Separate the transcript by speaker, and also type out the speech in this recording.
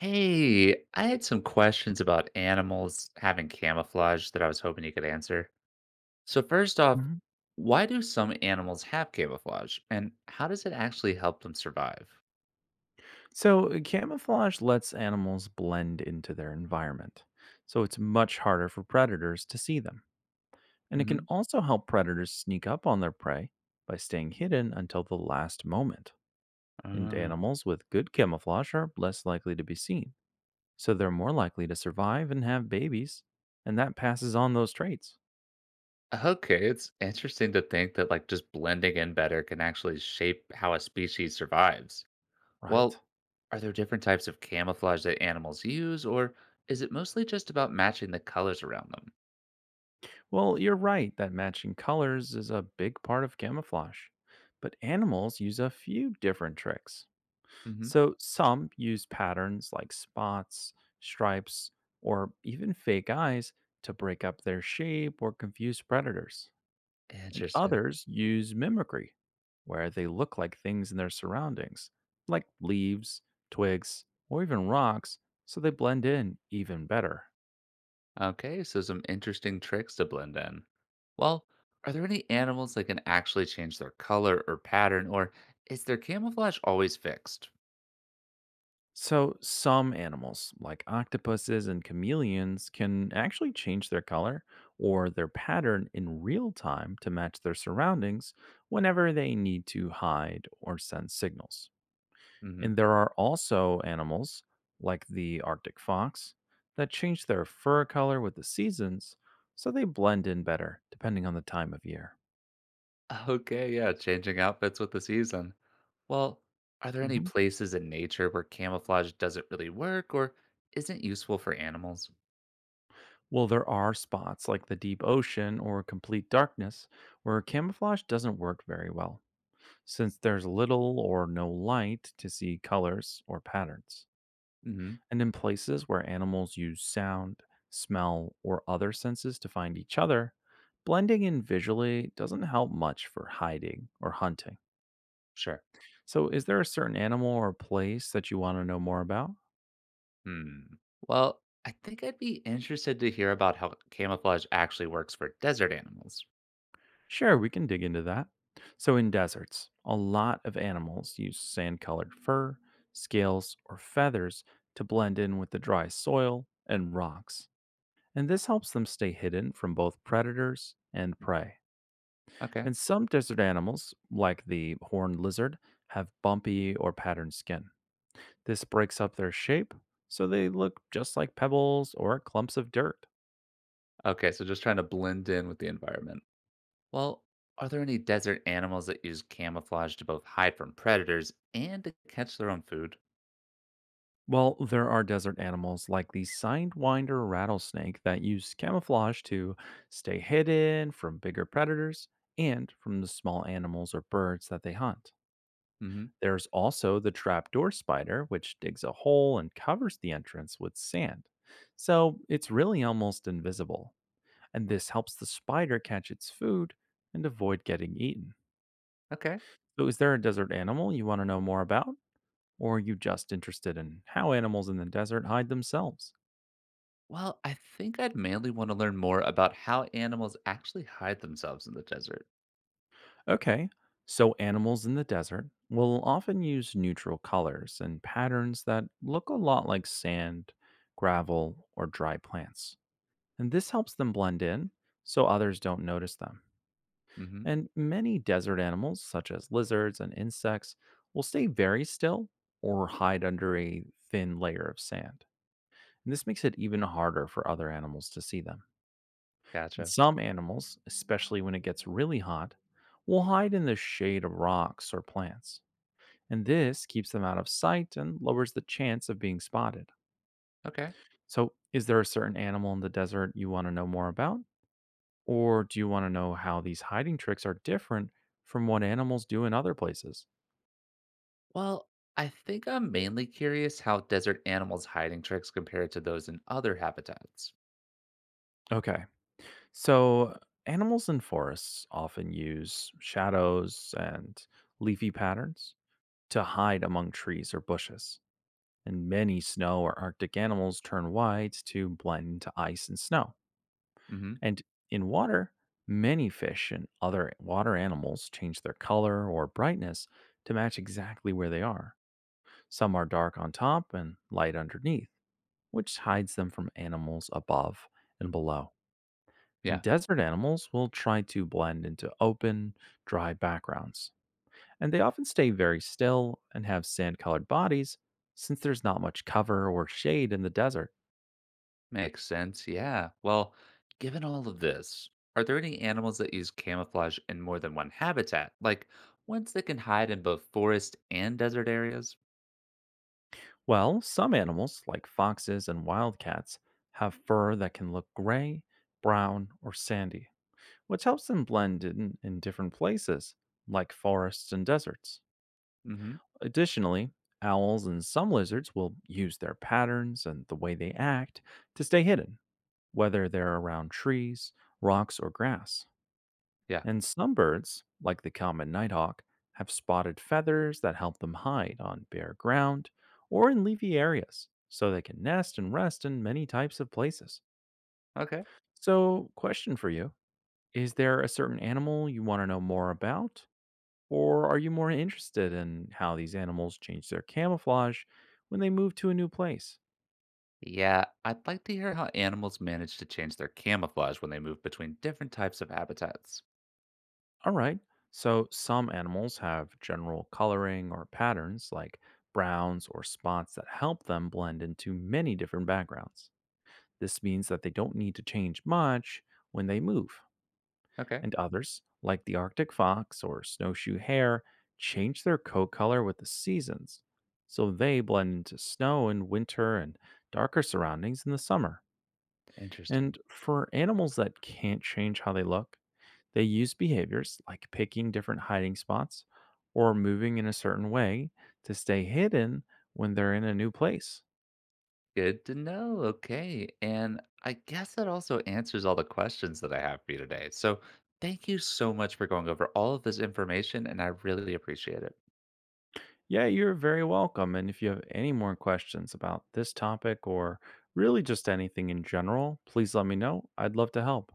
Speaker 1: Hey, I had some questions about animals having camouflage that I was hoping you could answer. So, first off,
Speaker 2: Mhm.
Speaker 1: why do some animals have camouflage and how does it actually help them survive?
Speaker 2: So camouflage lets animals blend into their environment, so it's much harder for predators to see them. And it can
Speaker 1: Hmm.
Speaker 2: also help predators sneak up on their prey by staying hidden until the last moment. And
Speaker 1: Oh.
Speaker 2: animals with good camouflage are less likely to be seen, so they're more likely to survive and have babies, and that passes on those traits,
Speaker 1: Okay, it's interesting to think that like just blending in better can actually shape how a species survives.
Speaker 2: right?
Speaker 1: Well, are there different types of camouflage that animals use or is it mostly just about matching the colors around them?
Speaker 2: Well, you're right that matching colors is a big part of camouflage, but animals use a few different tricks.
Speaker 1: Hmm.
Speaker 2: So some use patterns like spots, stripes, or even fake eyes to break up their shape or confuse predators. And
Speaker 1: Interesting.
Speaker 2: others use mimicry, where they look like things in their surroundings, like leaves, twigs, or even rocks, so they blend in even better.
Speaker 1: Okay, so some interesting tricks to blend in. Well, are there any animals that can actually change their color or pattern, or is their camouflage always fixed?
Speaker 2: So, some animals, like octopuses and chameleons, can actually change their color or their pattern in real time to match their surroundings whenever they need to hide or send signals.
Speaker 1: Hmm.
Speaker 2: And there are also animals, like the Arctic fox, that change their fur color with the seasons so they blend in better depending on the time of year.
Speaker 1: Okay, yeah, changing outfits with the season. Well, are there any
Speaker 2: Mhm.
Speaker 1: places in nature where camouflage doesn't really work or isn't useful for animals?
Speaker 2: Well, there are spots like the deep ocean or complete darkness where camouflage doesn't work very well since there's little or no light to see colors or patterns.
Speaker 1: Hmm.
Speaker 2: And in places where animals use sound, smell, or other senses to find each other, blending in visually doesn't help much for hiding or hunting.
Speaker 1: Sure.
Speaker 2: So, is there a certain animal or place that you want to know more about?
Speaker 1: Hmm. Well, I think I'd be interested to hear about how camouflage actually works for desert animals.
Speaker 2: Sure, we can dig into that. So, in deserts, a lot of animals use sand colored fur, scales, or feathers to blend in with the dry soil and rocks. And this helps them stay hidden from both predators and prey.
Speaker 1: Okay.
Speaker 2: And some desert animals, like the horned lizard, have bumpy or patterned skin. This breaks up their shape, so they look just like pebbles or clumps of dirt.
Speaker 1: Okay, so just trying to blend in with the environment. Well, are there any desert animals that use camouflage to both hide from predators and to catch their own food?
Speaker 2: Well, there are desert animals like the sidewinder rattlesnake that use camouflage to stay hidden from bigger predators and from the small animals or birds that they hunt.
Speaker 1: Hmm.
Speaker 2: There's also the trapdoor spider, which digs a hole and covers the entrance with sand. So it's really almost invisible. And this helps the spider catch its food and avoid getting eaten.
Speaker 1: Okay.
Speaker 2: So, is there a desert animal you want to know more about? Or are you just interested in how animals in the desert hide themselves?
Speaker 1: Well, I think I'd mainly want to learn more about how animals actually hide themselves in the desert.
Speaker 2: Okay, so animals in the desert will often use neutral colors and patterns that look a lot like sand, gravel, or dry plants. And this helps them blend in so others don't notice them.
Speaker 1: Hmm.
Speaker 2: And many desert animals, such as lizards and insects, will stay very still or hide under a thin layer of sand. And this makes it even harder for other animals to see them. And
Speaker 1: Gotcha.
Speaker 2: some animals, especially when it gets really hot, will hide in the shade of rocks or plants. And this keeps them out of sight and lowers the chance of being spotted.
Speaker 1: Okay.
Speaker 2: So, is there a certain animal in the desert you want to know more about? Or do you want to know how these hiding tricks are different from what animals do in other places?
Speaker 1: Well, I think I'm mainly curious how desert animals' hiding tricks compare to those in other habitats.
Speaker 2: Okay, so animals in forests often use shadows and leafy patterns to hide among trees or bushes. And many snow or Arctic animals turn white to blend into ice and snow.
Speaker 1: Hmm.
Speaker 2: And in water, many fish and other water animals change their color or brightness to match exactly where they are. Some are dark on top and light underneath, which hides them from animals above and below. And
Speaker 1: Yeah.
Speaker 2: desert animals will try to blend into open, dry backgrounds. And they often stay very still and have sand colored bodies since there's not much cover or shade in the desert.
Speaker 1: Makes sense. Yeah. Well, given all of this, are there any animals that use camouflage in more than one habitat? Like ones that can hide in both forest and desert areas?
Speaker 2: Well, some animals, like foxes and wildcats, have fur that can look gray, brown, or sandy, which helps them blend in different places, like forests and deserts.
Speaker 1: Mm-hmm.
Speaker 2: Additionally, owls and some lizards will use their patterns and the way they act to stay hidden, whether they're around trees, rocks, or grass.
Speaker 1: Yeah.
Speaker 2: And some birds, like the common nighthawk, have spotted feathers that help them hide on bare ground or in leafy areas, so they can nest and rest in many types of places.
Speaker 1: Okay.
Speaker 2: So, question for you. Is there a certain animal you want to know more about, or are you more interested in how these animals change their camouflage when they move to a new place?
Speaker 1: Yeah, I'd like to hear how animals manage to change their camouflage when they move between different types of habitats.
Speaker 2: All right, so some animals have general coloring or patterns like browns or spots that help them blend into many different backgrounds. This means that they don't need to change much when they move.
Speaker 1: Okay.
Speaker 2: And others, like the Arctic fox or snowshoe hare, change their coat color with the seasons. So they blend into snow in winter and darker surroundings in the summer. And
Speaker 1: Interesting.
Speaker 2: for animals that can't change how they look, they use behaviors like picking different hiding spots or moving in a certain way to stay hidden when they're in a new place.
Speaker 1: Good to know. Okay. And I guess that also answers all the questions that I have for you today. So thank you so much for going over all of this information, and I really appreciate it.
Speaker 2: Yeah, you're very welcome. And if you have any more questions about this topic or really just anything in general, please let me know. I'd love to help.